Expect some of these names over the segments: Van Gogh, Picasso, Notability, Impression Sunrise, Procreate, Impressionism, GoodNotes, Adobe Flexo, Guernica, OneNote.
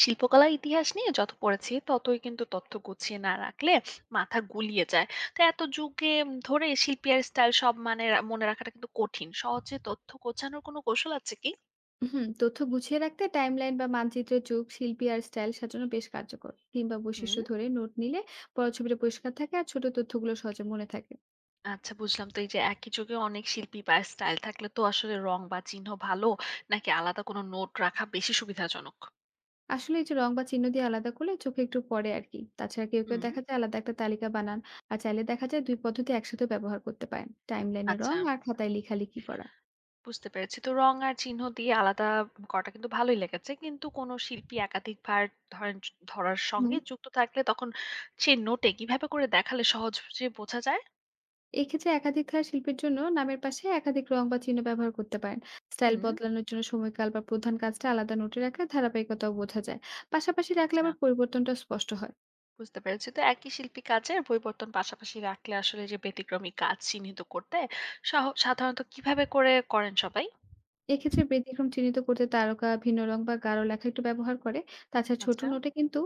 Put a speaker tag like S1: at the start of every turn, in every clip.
S1: শিল্পকলার ইতিহাস নিয়ে যত পড়েছি ততই কিন্তু তথ্য গুছিয়ে না রাখলে মাথা গুলিয়ে যায়। তো এত যুগে ধরে শিল্পী আর স্টাইল সব মানে মনে রাখাটা কিন্তু কঠিন। সহজে তথ্য গোছানোর কোনো কৌশল আছে কি?
S2: হুম, তথ্য গুছিয়ে রাখতে টাইমলাইন বা মানচিত্রের যুগ শিল্পী আর স্টাইল সাজানো বেশ কার্যকর, কিংবা
S1: হুম।
S2: বৈশিষ্ট্য ধরে নোট নিলে বড় ছবিটা পরিষ্কার থাকে আর ছোট তথ্যগুলো সহজে মনে থাকে।
S1: আচ্ছা, বুঝলাম। তো এই যে একই যুগে অনেক শিল্পী বা স্টাইল থাকলে তো আসলে রং বা চিহ্ন ভালো নাকি আলাদা কোনো নোট রাখা বেশি সুবিধাজনক?
S2: আসলে এই যে রং বা চিহ্ন দিয়ে আলাদা করলে চোখে একটু পড়ে আর কি। তাছাড়া কেউ কেউ
S1: হুম।
S2: দেখা যায় আলাদা একটা তালিকা বানান। আর চাইলে দেখা যায় দুই পদ্ধতি একসাথে ব্যবহার করতে পারেন, টাইমলাইনে
S1: আচ্ছা,
S2: রং আর খাতায় লেখালেখি করা।
S1: বুঝতে পেরেছি। তো রং আর চিহ্ন দিয়ে আলাদা করাটা কিন্তু ভালোই লেগেছে। কিন্তু কোনো শিল্পী একাধিকবার ধরেন ধরার সঙ্গে
S2: হুম।
S1: যুক্ত থাকলে তখন সেই নোটে কিভাবে করে দেখালে সহজে বোঝা যায়?
S2: এক্ষেত্রে একাধিক ধারার শিল্পের জন্য নামের পাশে একাধিক রং বা চিহ্ন ব্যবহার করতে পারেন। স্টাইল
S1: হুম।
S2: বদলানোর জন্য সময়কাল বা প্রধান কাজটা আলাদা নোটে রাখলে ধারাবাহিকতাও বোঝা যায়। পাশাপাশি রাখলে
S1: আচ্ছা,
S2: আবার পরিবর্তনটা স্পষ্ট হয়।
S1: বুঝতে পেরেছি। তো একই শিল্পী কাজের পরিবর্তন পাশাপাশি রাখলে আসলে যে ব্যতিক্রমী কাজ চিহ্নিত করতে সাধারণত কিভাবে করে করেন সবাই?
S2: এক্ষেত্রে ব্যতিক্রম চিহ্নিত করতে তারকা, ভিন্ন রং বা গাঢ় লেখা একটু ব্যবহার করে। তাছাড়া ছোট
S1: আচ্ছা,
S2: নোটে কিন্তু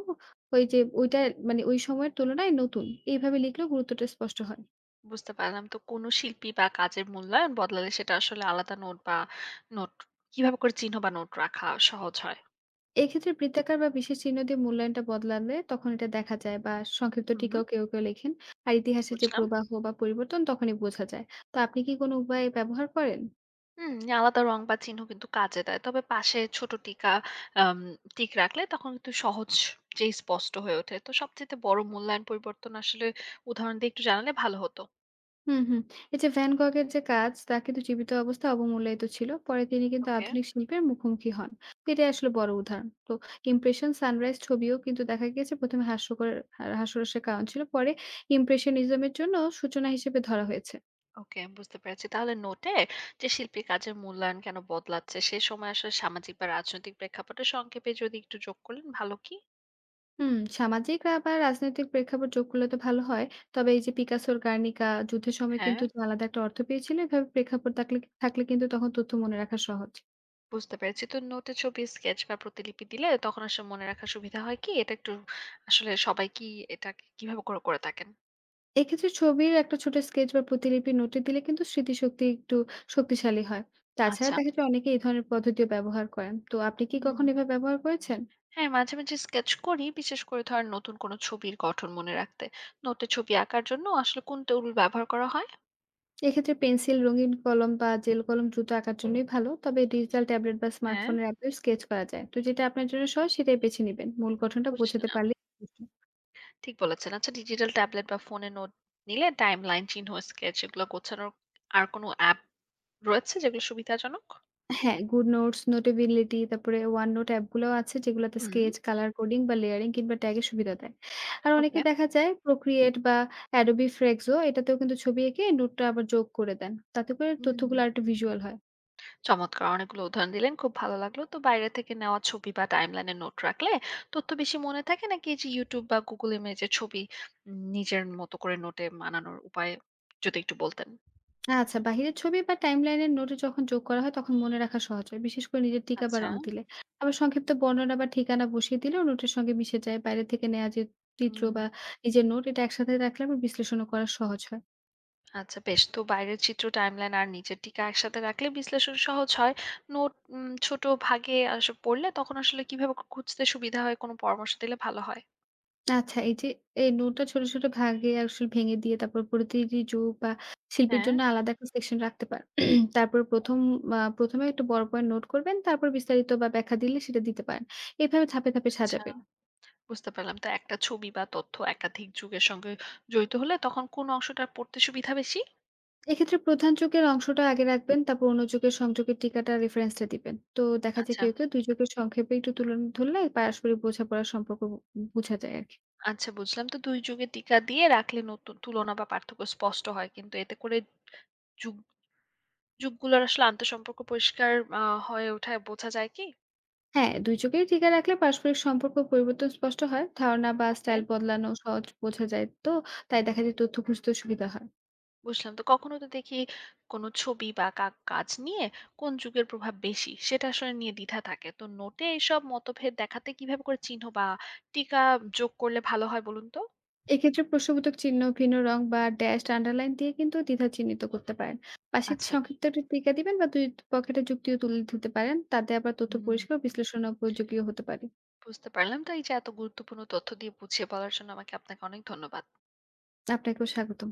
S2: ওই যে ওইটা, মানে ওই সময়ের তুলনায় নতুন, এইভাবে লিখলেও গুরুত্বটা স্পষ্ট হয়।
S1: বুঝতে পারলাম। তো কোনো শিল্পী বা কাজের মূল্যায়ন বদলালে সেটা আসলে আলাদা নোট বা নোট কিভাবে করে চিহ্ন বা নোট রাখা সহজ হয়?
S2: এক্ষেত্রে বৃত্তাকার বা বিশেষ চিহ্ন দিয়ে মূল্যায়নটা বদলালে তখন এটা দেখা যায়, বা সংক্ষিপ্ত
S1: হুম।
S2: টিকাও কেউ কেউ লেখেন। আর ইতিহাসের যে
S1: বুঝলাম।
S2: প্রবাহ বা পরিবর্তন তখনই বোঝা যায়। তো আপনি কি কোনো উপায় ব্যবহার করেন?
S1: হুম, আলাদা রং বা চিহ্ন কিন্তু কাজে দেয়। তবে পাশে ছোট টিকা আম টিক রাখলে তখন কিন্তু সহজ যেই স্পষ্ট হয়ে ওঠে। তো সবচাইতে বড় মূল্যায়ন পরিবর্তন আসলে উদাহরণ দিয়ে একটু জানালে ভালো হতো।
S2: হুম হুম। এই যে ভ্যান গগের যে কাজ, তা কিন্তু জীবিত অবস্থায় অবমূল্যায়িত ছিল, পরে তিনি কিন্তু
S1: ওকে,
S2: আধুনিক শিল্পের মুখোমুখি হন। তো এটা আসলে বড় উদাহরণ। তো ইমপ্রেশন সানরাইজ ছবিও কিন্তু দেখা গিয়েছে প্রথমে হাস্যকর হাস্যরসের কারণ ছিল, পরে ইমপ্রেশনিজমের জন্য সূচনা হিসেবে ধরা হয়েছে।
S1: ওকে, বুঝতে পেরেছি। তাহলে নোটে যে শিল্পীর কাজের মূল্যায়ন কেন বদলাচ্ছে সে সময় আসলে সামাজিক বা রাজনৈতিক প্রেক্ষাপটে সংক্ষেপে যদি একটু যোগ করলেন ভালো কি?
S2: হুম, সামাজিক বা রাজনৈতিক প্রেক্ষাপট যোগ করলে তো ভালো হয়। তবে এই যে পিকাসোর 'গার্নিকা' যুদ্ধের সময়
S1: হ্যাঁ,
S2: কিন্তু যে আলাদা একটা অর্থ পেয়েছিল, এভাবে প্রেক্ষাপট থাকলে থাকলে কিন্তু তখন তথ্য মনে রাখা সহজ।
S1: বুঝতে পেরেছি। তো নোটে ছবি, স্কেচ বা প্রতিলিপি দিলে তখন আসলে মনে রাখার সুবিধা হয় কি? এটা একটু আসলে সবাই কি এটা করে থাকেন?
S2: এক্ষেত্রে ছবির একটা ছোট স্কেচ বা প্রতিলিপি নোটে দিলে কিন্তু স্মৃতিশক্তি একটু শক্তিশালী হয়। তাছাড়া
S1: আচ্ছা।
S2: দেখা যায় অনেকে এই ধরনের পদ্ধতিও ব্যবহার করেন। তো আপনি কি
S1: হুম।
S2: কখনো এভাবে ব্যবহার করেছেন?
S1: হ্যাঁ, মাঝে, মাঝে স্কেচ করি। বিশেষ করে ধরেন নতুন কোন ছবির গঠন মনে রাখতে। নোটে ছবি আঁকার জন্য আসলে কোন টুল ব্যবহার করা হয়?
S2: এক্ষেত্রে পেন্সিল, রঙিন কলম বা জেল কলম দ্রুত আঁকার জন্যই ভালো। তবে ডিজিটাল ট্যাবলেট বা
S1: হ্যাঁ।
S2: স্মার্টফোনের অ্যাপেও স্কেচ করা যায়। তো যেটা আপনার জন্য সহজ সেটাই বেছে নিবেন। মূল গঠনটা বোঝাতে
S1: বুঝলাম।
S2: পারলেই যথেষ্ট।
S1: ঠিক বলেছেন। আচ্ছা, ডিজিটাল ট্যাবলেট বা ফোনে নোট নিলে টাইমলাইন, চিহ্ন, স্কেচ এগুলো গোছানোর আর কোনো অ্যাপ রয়েছে যেগুলো সুবিধাজনক?
S2: হ্যাঁ, GoodNotes, Notability, তারপরে OneNote অ্যাপগুলাও আছে, যেগুলাতে
S1: হুম,
S2: স্কেচ, কালার কোডিং বা লেয়ারিং কিংবা ট্যাগের সুবিধা দেয়। আর অনেকে
S1: ওকে।
S2: দেখা যায় Procreate বা Adobe Flexo, এটাতেও কিন্তু ছবি এঁকে নোটটা আবার যোগ করে দেন। তাতে করে
S1: হুম।
S2: তথ্যগুলো আরেকটু ভিজুয়াল হয়।
S1: চমৎকার, অনেকগুলো উদাহরণ দিলেন, খুব ভালো লাগলো। তো বাইরে থেকে নেওয়া ছবি বা টাইমলাইনে নোট রাখলে তথ্য বেশি মনে থাকে নাকি এই যে ইউটিউব বা গুগল ইমেজে ছবি নিজের মতো করে নোটে মানানোর উপায় যদি একটু বলতেন।
S2: আচ্ছা, বাহিরের ছবি বা টাইমলাইনের নোটে যখন যোগ করা হয় তখন মনে রাখা সহজ হয়। বিশেষ করে নিজের টিকা বা
S1: আচ্ছা।
S2: রং দিলে। আবার সংক্ষিপ্ত বর্ণনা বা ঠিকানা বসিয়ে দিলেও নোটের সঙ্গে মিশে যায়। বাইরে থেকে নেয়া যে চিত্র
S1: হুম।
S2: বা নিজের নোট এটা একসাথে রাখলে আবার বিশ্লেষণও করা সহজ হয়।
S1: আচ্ছা, বেশ। তো বাইরের চিত্র, টাইমলাইন আর নিচের টিকা একসাথে রাখলে বিশ্লেষণ সহজ হয়। নোট ছোট ভাগে আসলে পড়লে তখন আসলে কিভাবে খুঁজতে সুবিধা হয়? কোনো পরামর্শ দিলে ভালো হয়।
S2: আচ্ছা, এই যে এই নোটটা ছোট, ছোট ভাগে আসলে ভেঙে দিয়ে তারপর প্রতিটি যুগ বা শিল্পীর
S1: হ্যাঁ।
S2: জন্য আলাদা একটা সেকশন রাখতে পারেন। তারপর ১ম এ একটু বড় পয়েন্ট নোট করবেন। তারপর বিস্তারিত বা ব্যাখ্যা দিলে সেটা দিতে পারেন। এভাবে ধাপে, ধাপে
S1: আচ্ছা,
S2: সাজাবেন।
S1: বুঝতে পারলাম। তো একটা ছবি বা তথ্য একাধিক যুগের সঙ্গে জড়িত হলে তখন কোন অংশটা পড়তে সুবিধা বেশি?
S2: এক্ষেত্রে প্রধান যুগের অংশটা আগে রাখবেন। তারপর অন্য যুগের সংযোগের টিকাটা, রেফারেন্সটা দিবেন। তো দেখা যায়
S1: আচ্ছা,
S2: কেউ, কেউ ২ যুগের সংক্ষেপে একটু তুলনা ধরলে পারস্পরিক বোঝাপড়ার সম্পর্ক বুঝা যায় আরকি।
S1: আচ্ছা, বুঝলাম। তো ২ যুগের টিকা দিয়ে রাখলে নতুন তুলনা বা পার্থক্য স্পষ্ট হয়। কিন্তু এতে করে যুগ যুগগুলোর আসলে আন্তঃসম্পর্ক পরিষ্কার আ হয়ে ওঠায় বোঝা যায় কি?
S2: হ্যাঁ, দুর্যোগেই টিকে রাখলে পারস্পরিক সম্পর্ক পরিবর্তন স্পষ্ট হয়, ধারণা বা
S1: ওকে,
S2: স্টাইল বদলানো সহজ বোঝা যায়, তো তাই দেখা যায় তথ্য খুঁজতে সুবিধা হয়।
S1: বুঝলাম। তো কখনো তো দেখি কোনো ছবি বা কাজ নিয়ে কোন যুগের প্রভাব বেশি সেটা আসলে নিয়ে দ্বিধা থাকে। তো নোটে এইসব মতভেদ দেখাতে কিভাবে করে চিহ্ন বা টিকা যোগ করলে ভালো হয় বলুন তো?
S2: এক্ষেত্রে প্রশ্নবোধক চিহ্ন, ভিন্ন রং বা ড্যাশ, আন্ডারলাইন দিয়ে কিন্তু দ্বিধা চিহ্নিত করতে পারেন। পাশে
S1: আচ্ছা।
S2: সংক্ষিপ্ত একটি টিকা দিবেন, বা দুই পকেটে যুক্তিও তুলে দিতে পারেন। তাতে আবার তথ্য পরিষ্কার
S1: হুম।
S2: ও বিশ্লেষণ উপযোগীও হতে পারে।
S1: বুঝতে পারলাম। তো এই যে এত গুরুত্বপূর্ণ তথ্য দিয়ে বুঝিয়ে বলার জন্য আমাকে আপনাকে অনেক ধন্যবাদ।
S2: আপনাকেও স্বাগতম।